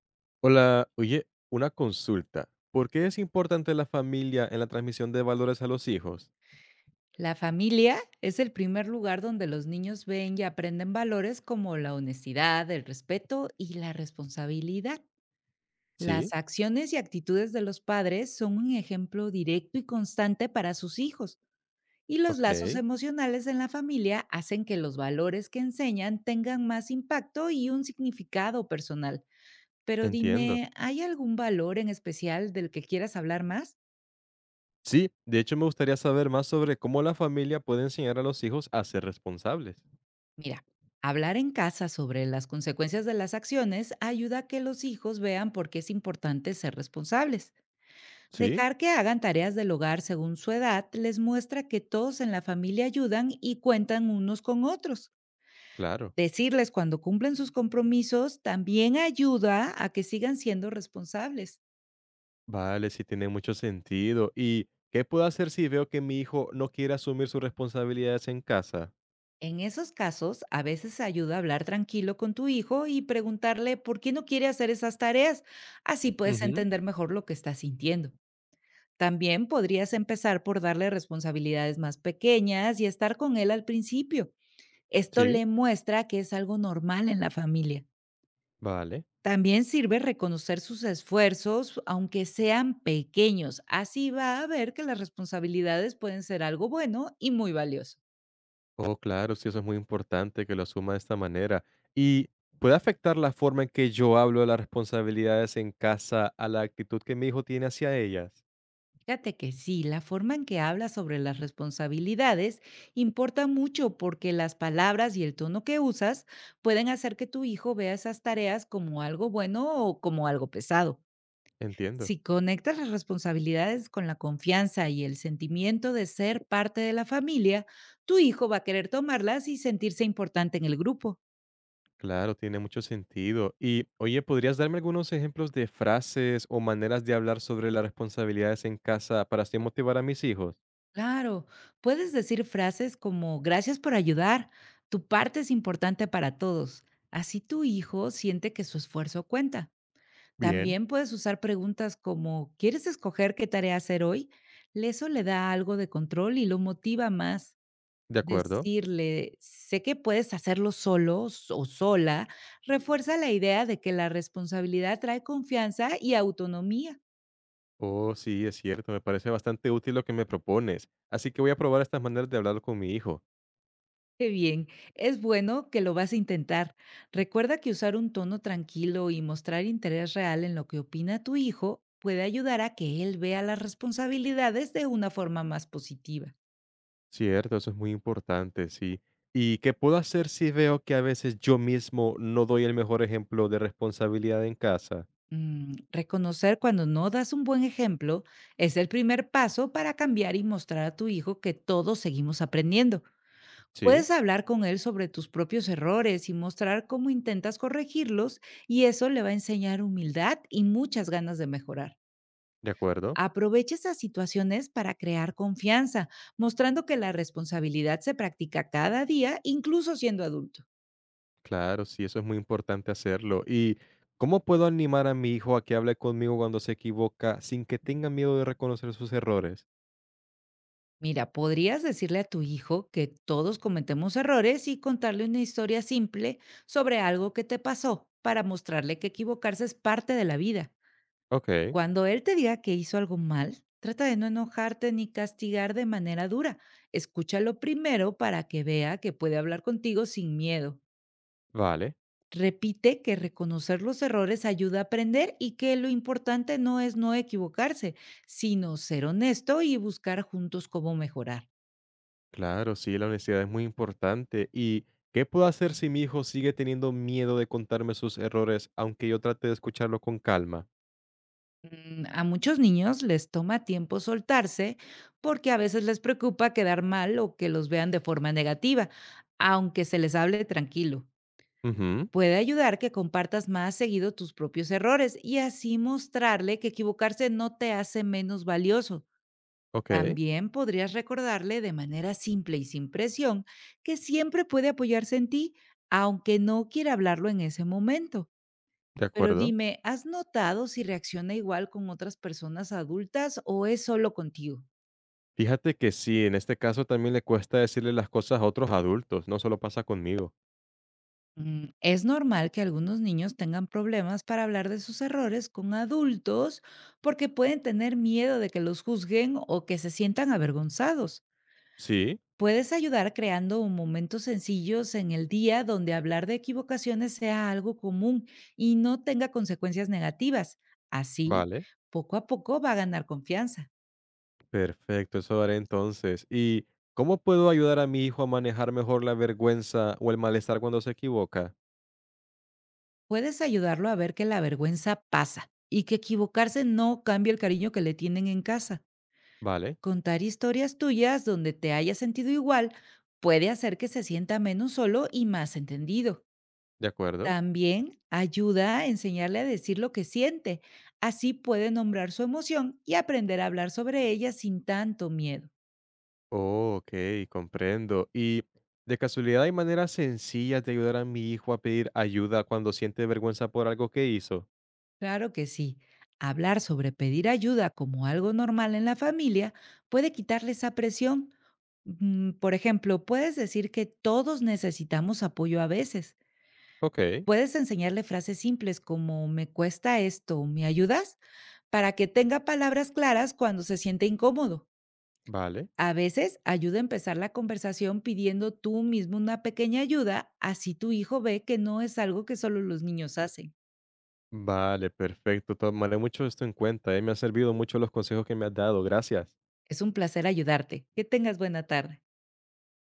Hola, oye, una consulta. ¿Por qué es importante la familia en la transmisión de valores a los hijos? La familia es el primer lugar donde los niños ven y aprenden valores como la honestidad, el respeto y la responsabilidad. Las Sí, acciones y actitudes de los padres son un ejemplo directo y constante para sus hijos, y los lazos ok, emocionales en la familia hacen que los valores que enseñan tengan más impacto y un significado personal. Pero entiendo. dime, ¿hay algún valor en especial del que quieras hablar más? Sí, de hecho me gustaría saber más sobre cómo la familia puede enseñar a los hijos a ser responsables. Mira, hablar en casa sobre las consecuencias de las acciones ayuda a que los hijos vean por qué es importante ser responsables. Sí, Dejar que hagan tareas del hogar según su edad les muestra que todos en la familia ayudan y cuentan unos con otros. claro. Decirles cuando cumplen sus compromisos también ayuda a que sigan siendo responsables. Vale, sí tiene mucho sentido. ¿Y qué puedo hacer si veo que mi hijo no quiere asumir sus responsabilidades en casa? En esos casos, a veces ayuda a hablar tranquilo con tu hijo y preguntarle por qué no quiere hacer esas tareas. Así puedes Ujú, entender mejor lo que está sintiendo. También podrías empezar por darle responsabilidades más pequeñas y estar con él al principio. Esto sí, le muestra que es algo normal en la familia. vale. También sirve reconocer sus esfuerzos, aunque sean pequeños. Así va a ver que las responsabilidades pueden ser algo bueno y muy valioso. Oh, claro, sí, eso es muy importante que lo asuma de esta manera. ¿Y puede afectar la forma en que yo hablo de las responsabilidades en casa a la actitud que mi hijo tiene hacia ellas? Fíjate que sí, la forma en que habla sobre las responsabilidades importa mucho, porque las palabras y el tono que usas pueden hacer que tu hijo vea esas tareas como algo bueno o como algo pesado. Entiendo. Si conectas las responsabilidades con la confianza y el sentimiento de ser parte de la familia, tu hijo va a querer tomarlas y sentirse importante en el grupo. Claro, tiene mucho sentido. Y, oye, ¿podrías darme algunos ejemplos de frases o maneras de hablar sobre las responsabilidades en casa para así motivar a mis hijos? Claro, puedes decir frases como: "Gracias por ayudar, tu parte es importante para todos". Así tu hijo siente que su esfuerzo cuenta. Bien, También puedes usar preguntas como: ¿quieres escoger qué tarea hacer hoy? Eso le da algo de control y lo motiva más. de acuerdo. Decirle: "Sé que puedes hacerlo o sola", refuerza la idea de que la responsabilidad trae confianza y autonomía. Oh, sí, es cierto, me parece bastante útil lo que me propones. Así que voy a probar estas maneras de hablar con mi hijo. Qué bien, es bueno que lo vas a intentar. Recuerda que usar un tono tranquilo y mostrar interés real en lo que opina tu hijo puede ayudar a que él vea las responsabilidades de una forma más positiva. Cierto, eso es muy importante, sí. ¿Y qué puedo hacer si veo que a veces yo mismo no doy el mejor ejemplo de responsabilidad en casa? Reconocer cuando no das un buen ejemplo es el primer paso para cambiar y mostrar a tu hijo que todos seguimos aprendiendo. Sí, Puedes hablar con él sobre tus propios errores y mostrar cómo intentas corregirlos, y eso le va a enseñar humildad y muchas ganas de mejorar. de acuerdo. Aprovecha esas situaciones para crear confianza, mostrando que la responsabilidad se practica cada día, incluso siendo adulto. Claro, sí, eso es muy importante hacerlo. ¿Y cómo puedo animar a mi hijo a que hable conmigo cuando se equivoca sin que tenga miedo de reconocer sus errores? Mira, podrías decirle a tu hijo que todos cometemos errores y contarle una historia simple sobre algo que te pasó, para mostrarle que equivocarse es parte de la vida. Ok, Cuando él te diga que hizo algo mal, trata de no enojarte ni castigar de manera dura. Escúchalo primero para que vea que puede hablar contigo sin miedo. vale. Repite que reconocer los errores ayuda a aprender y que lo importante no es no equivocarse, sino ser honesto y buscar juntos cómo mejorar. Claro, sí, la honestidad es muy importante. ¿Y qué puedo hacer si mi hijo sigue teniendo miedo de contarme sus errores, aunque yo trate de escucharlo con calma? A muchos niños les toma tiempo soltarse, porque a veces les preocupa quedar mal o que los vean de forma negativa, aunque se les hable tranquilo. Ujú, Puede ayudar que compartas más seguido tus propios errores y así mostrarle que equivocarse no te hace menos valioso. ok. También podrías recordarle, de manera simple y sin presión, que siempre puede apoyarse en ti, aunque no quiera hablarlo en ese momento. De Pero acuerdo. dime, ¿has notado si reacciona igual con otras personas adultas o es solo contigo? Fíjate que sí, en este caso también le cuesta decirle las cosas a otros adultos, no solo pasa conmigo. Es normal que algunos niños tengan problemas para hablar de sus errores con adultos, porque pueden tener miedo de que los juzguen o que se sientan avergonzados. Sí, Puedes ayudar creando un momentos sencillos en el día donde hablar de equivocaciones sea algo común y no tenga consecuencias negativas. Así, vale. poco a poco, va a ganar confianza. Perfecto, eso haré entonces. ¿Y cómo puedo ayudar a mi hijo a manejar mejor la vergüenza o el malestar cuando se equivoca? Puedes ayudarlo a ver que la vergüenza pasa y que equivocarse no cambia el cariño que le tienen en casa. Vale, Contar historias tuyas donde te hayas sentido igual puede hacer que se sienta menos solo y más entendido. de acuerdo. También ayuda a enseñarle a decir lo que siente. Así puede nombrar su emoción y aprender a hablar sobre ella sin tanto miedo. Oh, ok, comprendo. ¿Y de casualidad hay maneras sencillas de ayudar a mi hijo a pedir ayuda cuando siente vergüenza por algo que hizo? Claro que sí. Hablar sobre pedir ayuda como algo normal en la familia puede quitarle esa presión. Por ejemplo, puedes decir que todos necesitamos apoyo a veces. Ok, Puedes enseñarle frases simples como: "Me cuesta esto, ¿me ayudas?". Para que tenga palabras claras cuando se siente incómodo. vale. A veces ayuda a empezar la conversación pidiendo tú mismo una pequeña ayuda, así tu hijo ve que no es algo que solo los niños hacen. Vale, perfecto. Tomaré mucho esto en cuenta, ¿eh? Me han servido mucho los consejos que me has dado. Gracias. Es un placer ayudarte. Que tengas buena tarde.